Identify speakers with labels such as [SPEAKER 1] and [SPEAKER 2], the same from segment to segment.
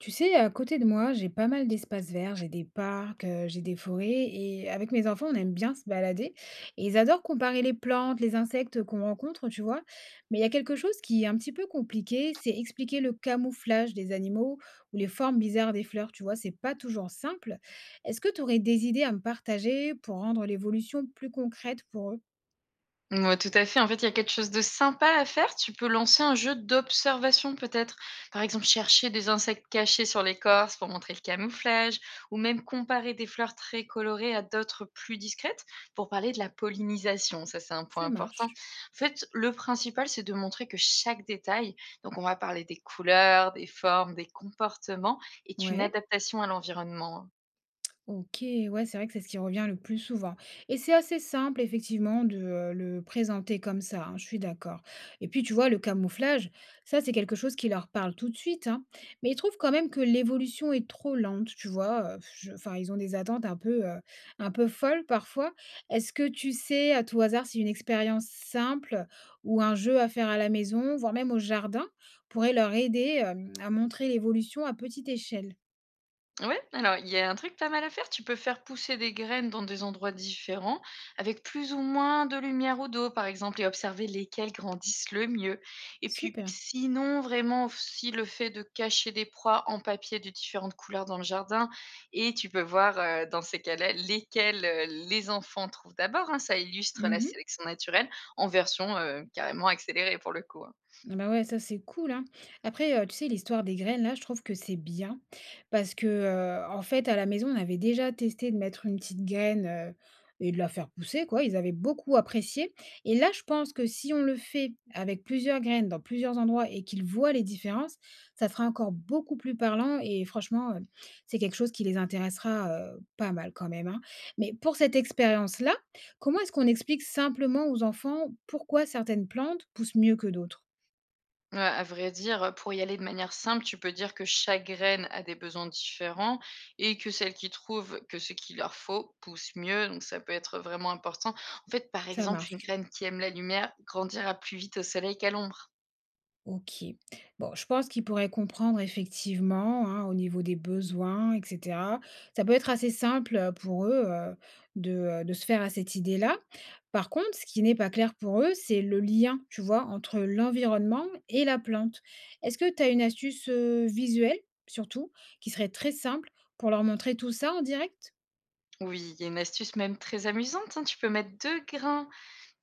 [SPEAKER 1] Tu sais, à côté de moi, j'ai pas mal d'espaces verts, j'ai des parcs, j'ai des forêts, et avec mes enfants, on aime bien se balader. Et ils adorent comparer les plantes, les insectes qu'on rencontre, tu vois. Mais il y a quelque chose qui est un petit peu compliqué, c'est expliquer le camouflage des animaux ou les formes bizarres des fleurs, tu vois, c'est pas toujours simple. Est-ce que tu aurais des idées à me partager pour rendre l'évolution plus concrète pour eux?
[SPEAKER 2] Ouais, tout à fait. En fait, il y a quelque chose de sympa à faire. Tu peux lancer un jeu d'observation peut-être. Par exemple, chercher des insectes cachés sur l'écorce pour montrer le camouflage, ou même comparer des fleurs très colorées à d'autres plus discrètes pour parler de la pollinisation. Ça, c'est un point
[SPEAKER 1] Ça
[SPEAKER 2] important.
[SPEAKER 1] marche.
[SPEAKER 2] En fait, le principal, c'est de montrer que chaque détail, donc on va parler des couleurs, des formes, des comportements, est une
[SPEAKER 1] Ouais.
[SPEAKER 2] adaptation à l'environnement.
[SPEAKER 1] OK, ouais, c'est vrai que c'est ce qui revient le plus souvent et c'est assez simple effectivement de, le présenter comme ça, hein, je suis d'accord et puis tu vois le camouflage, ça c'est quelque chose qui leur parle tout de suite, hein, mais ils trouvent quand même que l'évolution est trop lente, tu vois? Je enfin ils ont des attentes un peu folles parfois. Est-ce que tu sais à tout hasard si une expérience simple ou un jeu à faire à la maison, voire même au jardin pourrait leur aider, à montrer l'évolution à petite échelle?
[SPEAKER 2] Ouais, alors il y a un truc pas mal à faire. Tu peux faire pousser des graines dans des endroits différents, avec plus ou moins de lumière ou d'eau, par exemple, et observer lesquelles grandissent le mieux. Et puis,
[SPEAKER 1] Super.
[SPEAKER 2] sinon, vraiment aussi le fait de cacher des proies en papier de différentes couleurs dans le jardin, et tu peux voir dans ces cas-là lesquelles les enfants trouvent d'abord, hein. Ça illustre la
[SPEAKER 1] Mmh.
[SPEAKER 2] sélection naturelle en version carrément accélérée pour le coup, hein.
[SPEAKER 1] Ah bah ouais, ça c'est cool, hein. Après, tu sais, l'histoire des graines là, je trouve que c'est bien parce que, en fait, à la maison, on avait déjà testé de mettre une petite graine, et de la faire pousser quoi. Ils avaient beaucoup apprécié et là, je pense que si on le fait avec plusieurs graines dans plusieurs endroits et qu'ils voient les différences, ça sera encore beaucoup plus parlant et franchement, c'est quelque chose qui les intéressera, pas mal quand même, hein. Mais pour cette expérience-là, comment est-ce qu'on explique simplement aux enfants pourquoi certaines plantes poussent mieux que d'autres?
[SPEAKER 2] Ouais, à vrai dire, pour y aller de manière simple, tu peux dire que chaque graine a des besoins différents et que celles qui trouvent que ce qu'il leur faut pousse mieux, donc ça peut être vraiment important. En fait, par
[SPEAKER 1] Ça
[SPEAKER 2] exemple, une
[SPEAKER 1] marche.
[SPEAKER 2] graine qui aime la lumière grandira plus vite au soleil qu'à l'ombre.
[SPEAKER 1] OK. Bon, je pense qu'ils pourraient comprendre effectivement, hein, au niveau des besoins, et cetera. Ça peut être assez simple, pour eux, de, de se faire à cette idée-là. Par contre, ce qui n'est pas clair pour eux, c'est le lien, tu vois, entre l'environnement et la plante. Est-ce que tu as une astuce, visuelle, surtout, qui serait très simple pour leur montrer tout ça en direct?
[SPEAKER 2] Oui, il y a une astuce même très amusante, hein, tu peux mettre 2 grains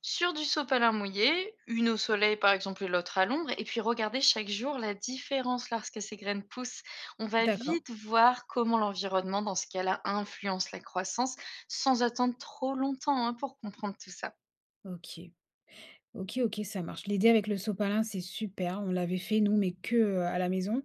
[SPEAKER 2] sur du sopalin mouillé, une au soleil par exemple et l'autre à l'ombre, et puis regardez chaque jour la différence lorsque ces graines poussent. On va
[SPEAKER 1] D'accord.
[SPEAKER 2] vite voir comment l'environnement, dans ce cas-là, influence la croissance sans attendre trop longtemps, hein, pour comprendre tout ça.
[SPEAKER 1] OK. OK, OK, ça marche. L'idée avec le sopalin, c'est super. On l'avait fait nous, mais que, à la maison,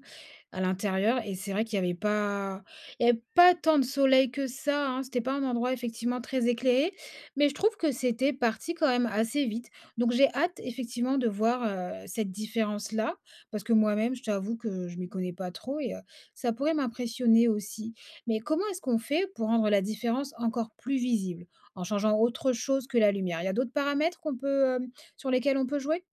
[SPEAKER 1] à l'intérieur et c'est vrai qu'il y avait pas tant de soleil que ça, hein. C'était pas un endroit effectivement très éclairé, mais je trouve que c'était parti quand même assez vite. Donc j'ai hâte effectivement de voir, cette différence-là, parce que moi-même, je t'avoue que je m'y connais pas trop et ça pourrait m'impressionner aussi. Mais comment est-ce qu'on fait pour rendre la différence encore plus visible? En changeant autre chose que la lumière? Il y a d'autres paramètres qu'on peut, sur lesquels on peut jouer?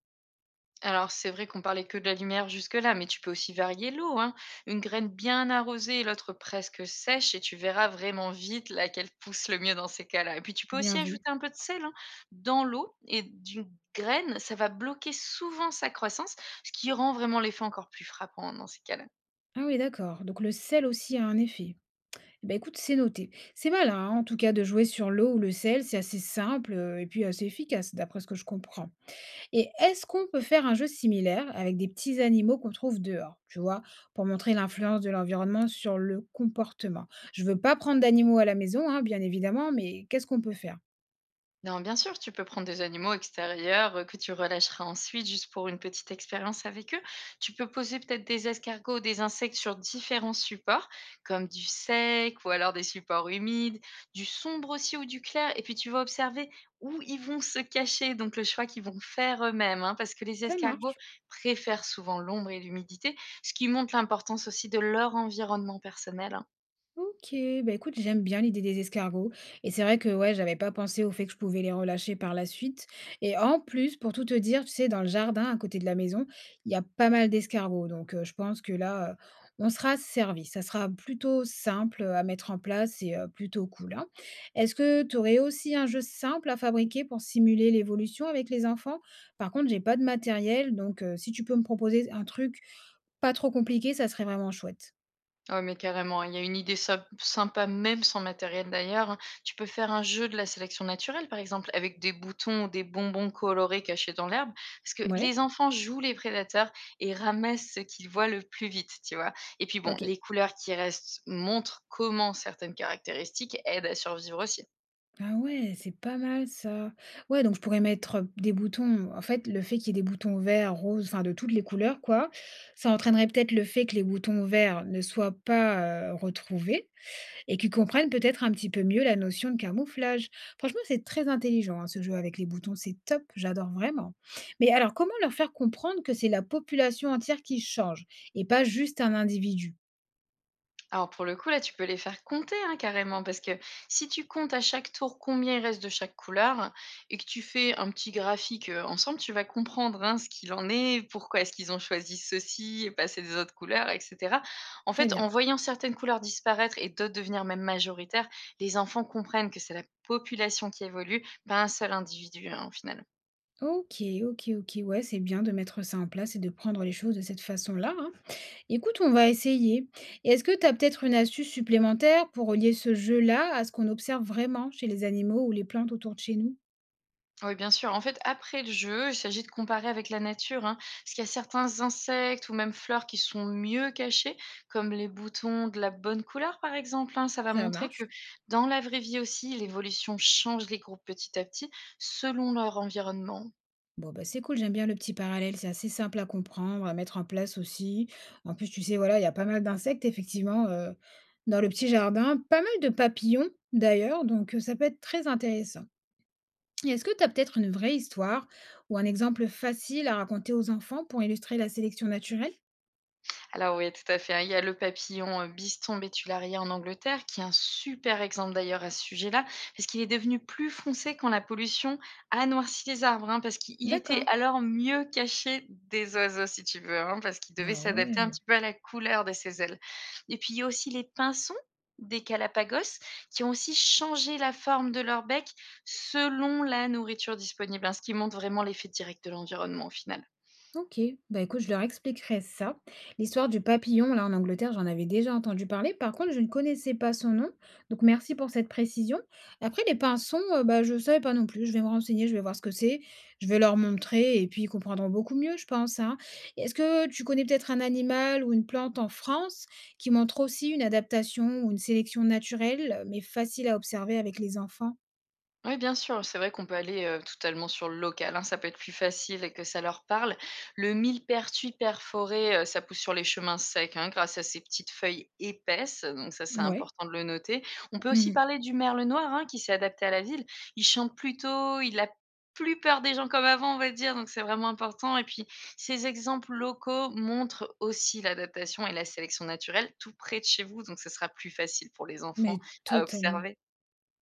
[SPEAKER 2] Alors, c'est vrai qu'on parlait que de la lumière jusque-là, mais tu peux aussi varier l'eau, hein. Une graine bien arrosée et l'autre presque sèche, et tu verras vraiment vite laquelle pousse le mieux dans ces cas-là. Et puis, tu peux
[SPEAKER 1] Bien
[SPEAKER 2] aussi
[SPEAKER 1] vu.
[SPEAKER 2] ajouter un peu de sel, hein, dans l'eau et d'une graine, ça va bloquer souvent sa croissance, ce qui rend vraiment l'effet encore plus frappant dans ces cas-là.
[SPEAKER 1] Ah oui, d'accord, donc le sel aussi a un effet. Eh ben écoute, c'est noté. C'est malin, hein, en tout cas, de jouer sur l'eau ou le sel, c'est assez simple, et puis assez efficace d'après ce que je comprends. Et est-ce qu'on peut faire un jeu similaire avec des petits animaux qu'on trouve dehors, tu vois? Pour montrer l'influence de l'environnement sur le comportement? Je veux pas prendre d'animaux à la maison, hein, bien évidemment, mais qu'est-ce qu'on peut faire?
[SPEAKER 2] Non, bien sûr, tu peux prendre des animaux extérieurs que tu relâcheras ensuite juste pour une petite expérience avec eux. Tu peux poser peut-être des escargots ou des insectes sur différents supports, comme du sec ou alors des supports humides, du sombre aussi ou du clair. Et puis tu vas observer où ils vont se cacher, donc le choix qu'ils vont faire eux-mêmes, hein, parce que les
[SPEAKER 1] Ça
[SPEAKER 2] escargots
[SPEAKER 1] marche.
[SPEAKER 2] préfèrent souvent l'ombre et l'humidité, ce qui montre l'importance aussi de leur environnement personnel, hein.
[SPEAKER 1] OK, bah, écoute, j'aime bien l'idée des escargots et c'est vrai que, ouais, j'avais pas pensé au fait que je pouvais les relâcher par la suite et en plus, pour tout te dire, tu sais, dans le jardin à côté de la maison, il y a pas mal d'escargots donc je pense que là, on sera servi. Ça sera plutôt simple, à mettre en place et plutôt cool, hein. Est-ce que tu aurais aussi un jeu simple à fabriquer pour simuler l'évolution avec les enfants? Par contre, j'ai pas de matériel donc si tu peux me proposer un truc pas trop compliqué, ça serait vraiment chouette.
[SPEAKER 2] Ah mais carrément, il y a une idée sympa même sans matériel d'ailleurs, hein. Tu peux faire un jeu de la sélection naturelle, par exemple, avec des boutons ou des bonbons colorés cachés dans l'herbe, parce que
[SPEAKER 1] Ouais?
[SPEAKER 2] les enfants jouent les prédateurs et ramassent ce qu'ils voient le plus vite, tu vois? Et puis bon,
[SPEAKER 1] OK.
[SPEAKER 2] les couleurs qui restent montrent comment certaines caractéristiques aident à survivre aussi.
[SPEAKER 1] Ah ouais, c'est pas mal ça. Ouais, donc je pourrais mettre, des boutons en fait, le fait qu'il y ait des boutons verts, roses, enfin de toutes les couleurs quoi, ça entraînerait peut-être le fait que les boutons verts ne soient pas, retrouvés et qu'ils comprennent peut-être un petit peu mieux la notion de camouflage. Franchement, c'est très intelligent, hein, ce jeu avec les boutons, c'est top, j'adore vraiment. Mais alors comment leur faire comprendre que c'est la population entière qui change et pas juste un individu?
[SPEAKER 2] Alors pour le coup, là, tu peux les faire compter, hein, carrément, parce que si tu comptes à chaque tour combien il reste de chaque couleur et que tu fais un petit graphique ensemble, tu vas comprendre, hein, ce qu'il en est, pourquoi est-ce qu'ils ont choisi ceci et pas ces autres couleurs, etc. En
[SPEAKER 1] Très
[SPEAKER 2] fait,
[SPEAKER 1] bien.
[SPEAKER 2] en voyant certaines couleurs disparaître et d'autres devenir même majoritaires, les enfants comprennent que c'est la population qui évolue, pas un seul individu, hein, au final.
[SPEAKER 1] OK, OK, OK, ouais, c'est bien de mettre ça en place et de prendre les choses de cette façon-là, hein. Écoute, on va essayer. Et est-ce que tu as peut-être une astuce supplémentaire pour relier ce jeu-là à ce qu'on observe vraiment chez les animaux ou les plantes autour de chez nous?
[SPEAKER 2] Oui, bien sûr. En fait, après le jeu, il s'agit de comparer avec la nature, hein, parce qu'il y a certains insectes ou même fleurs qui sont mieux cachés, comme les boutons de la bonne couleur, par exemple, hein. Ça va
[SPEAKER 1] Ça
[SPEAKER 2] montrer
[SPEAKER 1] marche?
[SPEAKER 2] que dans la vraie vie aussi, l'évolution change les groupes petit à petit selon leur environnement.
[SPEAKER 1] Bon, bah c'est cool, j'aime bien le petit parallèle, c'est assez simple à comprendre, à mettre en place aussi. En plus, tu sais, voilà, il y a pas mal d'insectes, effectivement, dans le petit jardin, pas mal de papillons d'ailleurs, donc ça peut être très intéressant. Et est-ce que tu as peut-être une vraie histoire ou un exemple facile à raconter aux enfants pour illustrer la sélection naturelle?
[SPEAKER 2] Alors oui, tout à fait, hein. Il y a le papillon Biston betularia en Angleterre, qui est un super exemple d'ailleurs à ce sujet-là, parce qu'il est devenu plus foncé quand la pollution a noirci les arbres, hein, parce qu'il était
[SPEAKER 1] D'accord.
[SPEAKER 2] alors mieux caché des oiseaux, si tu veux, hein, parce qu'il devait
[SPEAKER 1] Ah
[SPEAKER 2] s'adapter un
[SPEAKER 1] ouais.
[SPEAKER 2] petit peu à la couleur de ses ailes. Et puis il y a aussi les pinsons des Galapagos, qui ont aussi changé la forme de leur bec selon la nourriture disponible, hein, ce qui montre vraiment l'effet direct de l'environnement au final.
[SPEAKER 1] OK. Bah, écoute, je leur expliquerai ça. L'histoire du papillon, là, en Angleterre, j'en avais déjà entendu parler. Par contre, je ne connaissais pas son nom. Donc, merci pour cette précision. Après, les pinsons, bah, je ne savais pas non plus. Je vais me renseigner, je vais voir ce que c'est. Je vais leur montrer et puis ils comprendront beaucoup mieux, je pense, hein. Est-ce que tu connais peut-être un animal ou une plante en France qui montre aussi une adaptation ou une sélection naturelle, mais facile à observer avec les enfants?
[SPEAKER 2] Oui, bien sûr, c'est vrai qu'on peut aller, totalement sur le local, hein, ça peut être plus facile et que ça leur parle. Le millepertuis perforé, ça pousse sur les chemins secs, hein, grâce à ses petites feuilles épaisses, donc ça, c'est
[SPEAKER 1] Ouais.
[SPEAKER 2] important de le noter. On peut aussi
[SPEAKER 1] Mhm.
[SPEAKER 2] parler du merle noir, hein, qui s'est adapté à la ville. Il chante plus tôt, il a plus peur des gens comme avant, on va dire, donc c'est vraiment important et puis ces exemples locaux montrent aussi l'adaptation et la sélection naturelle tout près de chez vous, donc ce sera plus facile pour les enfants
[SPEAKER 1] Mais
[SPEAKER 2] à
[SPEAKER 1] totalement.
[SPEAKER 2] observer.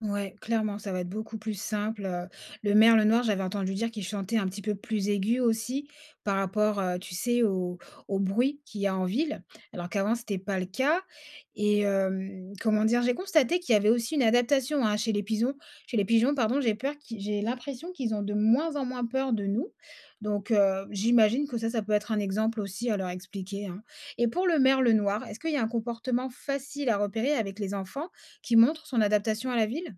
[SPEAKER 1] Ouais, clairement, ça va être beaucoup plus simple, le merle noir, j'avais entendu dire qu'il chantait un petit peu plus aigu aussi par rapport, tu sais, au bruit qu'il y a en ville, alors qu'avant c'était pas le cas et comment dire? J'ai constaté qu'il y avait aussi une adaptation, hein, chez les pigeons, pardon, j'ai peur qui j'ai l'impression qu'ils ont de moins en moins peur de nous, donc j'imagine que ça peut être un exemple aussi à leur expliquer, hein, et pour le merle noir, est-ce qu'il y a un comportement facile à repérer avec les enfants qui montre son adaptation à la ville?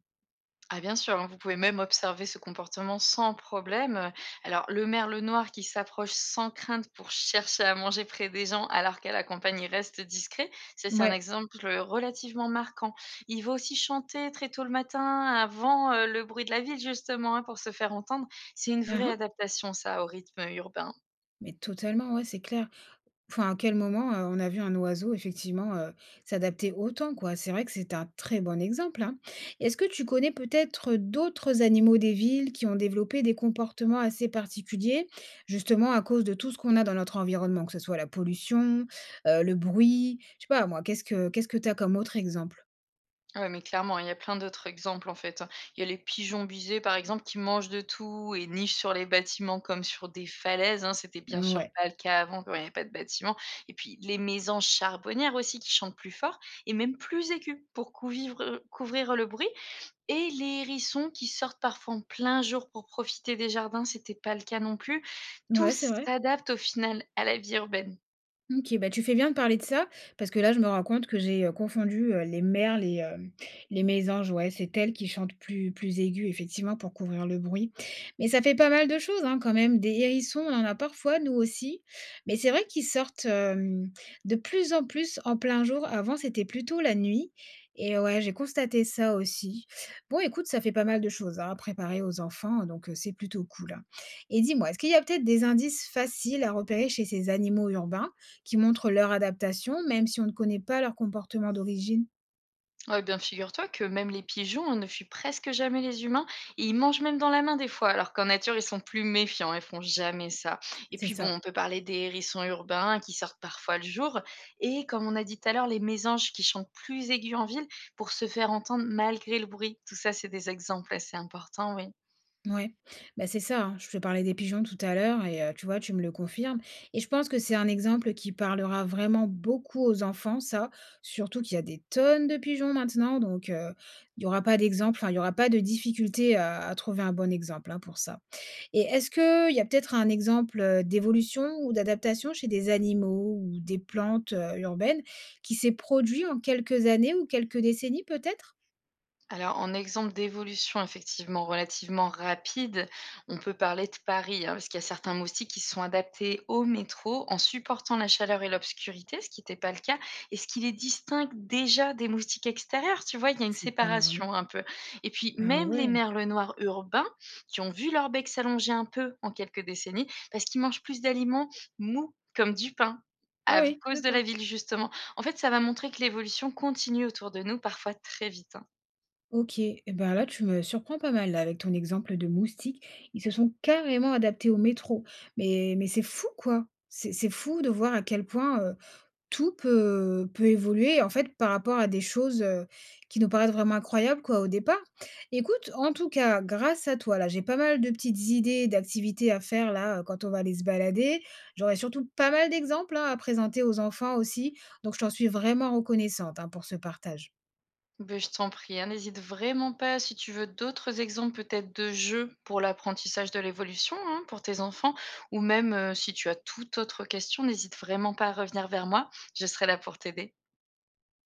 [SPEAKER 2] Ah bien sûr, hein, vous pouvez même observer ce comportement sans problème. Alors, le merle noir qui s'approche sans crainte pour chercher à manger près des gens alors qu'à la campagne il reste discret, ça c'est un
[SPEAKER 1] Ouais.
[SPEAKER 2] exemple relativement marquant. Il va aussi chanter très tôt le matin avant le bruit de la ville justement, hein, pour se faire entendre. C'est une
[SPEAKER 1] Mmh
[SPEAKER 2] vraie
[SPEAKER 1] mh.
[SPEAKER 2] adaptation ça au rythme urbain.
[SPEAKER 1] Mais totalement, ouais, c'est clair. Enfin, à quel moment, on a vu un oiseau effectivement, s'adapter autant, quoi? C'est vrai que c'est un très bon exemple, hein. Est-ce que tu connais peut-être, d'autres animaux des villes qui ont développé des comportements assez particuliers, justement à cause de tout ce qu'on a dans notre environnement? Que ce soit la pollution, le bruit, je sais pas moi, qu'est-ce que tu as comme autre exemple?
[SPEAKER 2] Ouais, mais clairement, il y a plein d'autres exemples en fait, hein. Il y a les pigeons busés, par exemple, qui mangent de tout et nichent sur les bâtiments comme sur des falaises, hein. C'était bien sûr
[SPEAKER 1] Ouais.
[SPEAKER 2] pas le cas avant, quand il n'y avait pas de bâtiments. Et puis les maisons charbonnières aussi qui chantent plus fort et même plus aigus pour couvrir le bruit. Et les hérissons qui sortent parfois en plein jour pour profiter des jardins, c'était pas le cas non plus.
[SPEAKER 1] Ouais, c'est
[SPEAKER 2] Tous
[SPEAKER 1] vrai.
[SPEAKER 2] s'adaptent au final à la vie urbaine.
[SPEAKER 1] OK, bah, tu fais bien de parler de ça, parce que là, je me rends compte que j'ai, confondu, les merles et les mésanges. Ouais, c'est elles qui chantent plus aiguë, effectivement, pour couvrir le bruit. Mais ça fait pas mal de choses, hein, quand même. Des hérissons, on en a parfois, nous aussi, mais c'est vrai qu'ils sortent, de plus en plus en plein jour. Avant, c'était plutôt la nuit et ouais, j'ai constaté ça aussi. Bon, écoute, ça fait pas mal de choses, hein, à préparer aux enfants, donc c'est plutôt cool, hein. Et dis-moi, est-ce qu'il y a peut-être des indices faciles à repérer chez ces animaux urbains qui montrent leur adaptation, même si on ne connaît pas leur comportement d'origine.
[SPEAKER 2] Ouais, bien figure-toi que même les pigeons, hein, ne fuient presque jamais les humains et ils mangent même dans la main des fois, alors qu'en nature ils sont plus méfiants, ils font jamais ça. Et
[SPEAKER 1] C'est
[SPEAKER 2] puis bon,
[SPEAKER 1] ça,
[SPEAKER 2] on peut parler des hérissons urbains qui sortent parfois le jour et comme on a dit tout à l'heure, les mésanges qui chantent plus aigus en ville pour se faire entendre malgré le bruit. Tout ça, c'est des exemples assez importants, oui.
[SPEAKER 1] ouais. Bah, c'est ça, hein, je te parlais des pigeons tout à l'heure et tu vois, tu me le confirmes et je pense que c'est un exemple qui parlera vraiment beaucoup aux enfants ça, surtout qu'il y a des tonnes de pigeons maintenant donc il n'y aura pas d'exemple, enfin il n'y aura pas de difficulté à trouver un bon exemple, hein, pour ça. Et est-ce qu'il y a peut-être un exemple, d'évolution ou d'adaptation chez des animaux ou des plantes, urbaines qui s'est produit en quelques années ou quelques décennies peut-être?
[SPEAKER 2] Alors, en exemple d'évolution effectivement relativement rapide, on peut parler de Paris, hein, parce qu'il y a certains moustiques qui se sont adaptés au métro en supportant la chaleur et l'obscurité, ce qui n'était pas le cas, et ce qui les distingue déjà des moustiques extérieurs, tu vois, il y a une
[SPEAKER 1] C'est pas vrai?
[SPEAKER 2] séparation un peu. Et puis,
[SPEAKER 1] Ah
[SPEAKER 2] même
[SPEAKER 1] ouais?
[SPEAKER 2] les merles noirs urbains, qui ont vu leur bec s'allonger un peu en quelques décennies, parce qu'ils mangent plus d'aliments mous, comme du pain,
[SPEAKER 1] Ah
[SPEAKER 2] à
[SPEAKER 1] oui,
[SPEAKER 2] cause de
[SPEAKER 1] d'accord.
[SPEAKER 2] la ville justement. En fait, ça va montrer que l'évolution continue autour de nous, parfois très vite, hein.
[SPEAKER 1] OK et ben là, tu me surprends pas mal là avec ton exemple de moustiques. Ils se sont carrément adaptés au métro. Mais c'est fou quoi! C'est fou de voir à quel point, tout peut évoluer, en fait, par rapport à des choses, qui nous paraissent vraiment incroyables, quoi, au départ. Écoute, en tout cas, grâce à toi, là, j'ai pas mal de petites idées d'activités à faire, là, quand on va aller se balader. J'aurai surtout pas mal d'exemples, hein, à présenter aux enfants aussi, donc je t'en suis vraiment reconnaissante, hein, pour ce partage.
[SPEAKER 2] Ben je t'en prie, hein, n'hésite vraiment pas si tu veux d'autres exemples peut-être de jeux pour l'apprentissage de l'évolution, hein, pour tes enfants ou même, si tu as toute autre question, n'hésite vraiment pas à revenir vers moi, je serai là pour t'aider.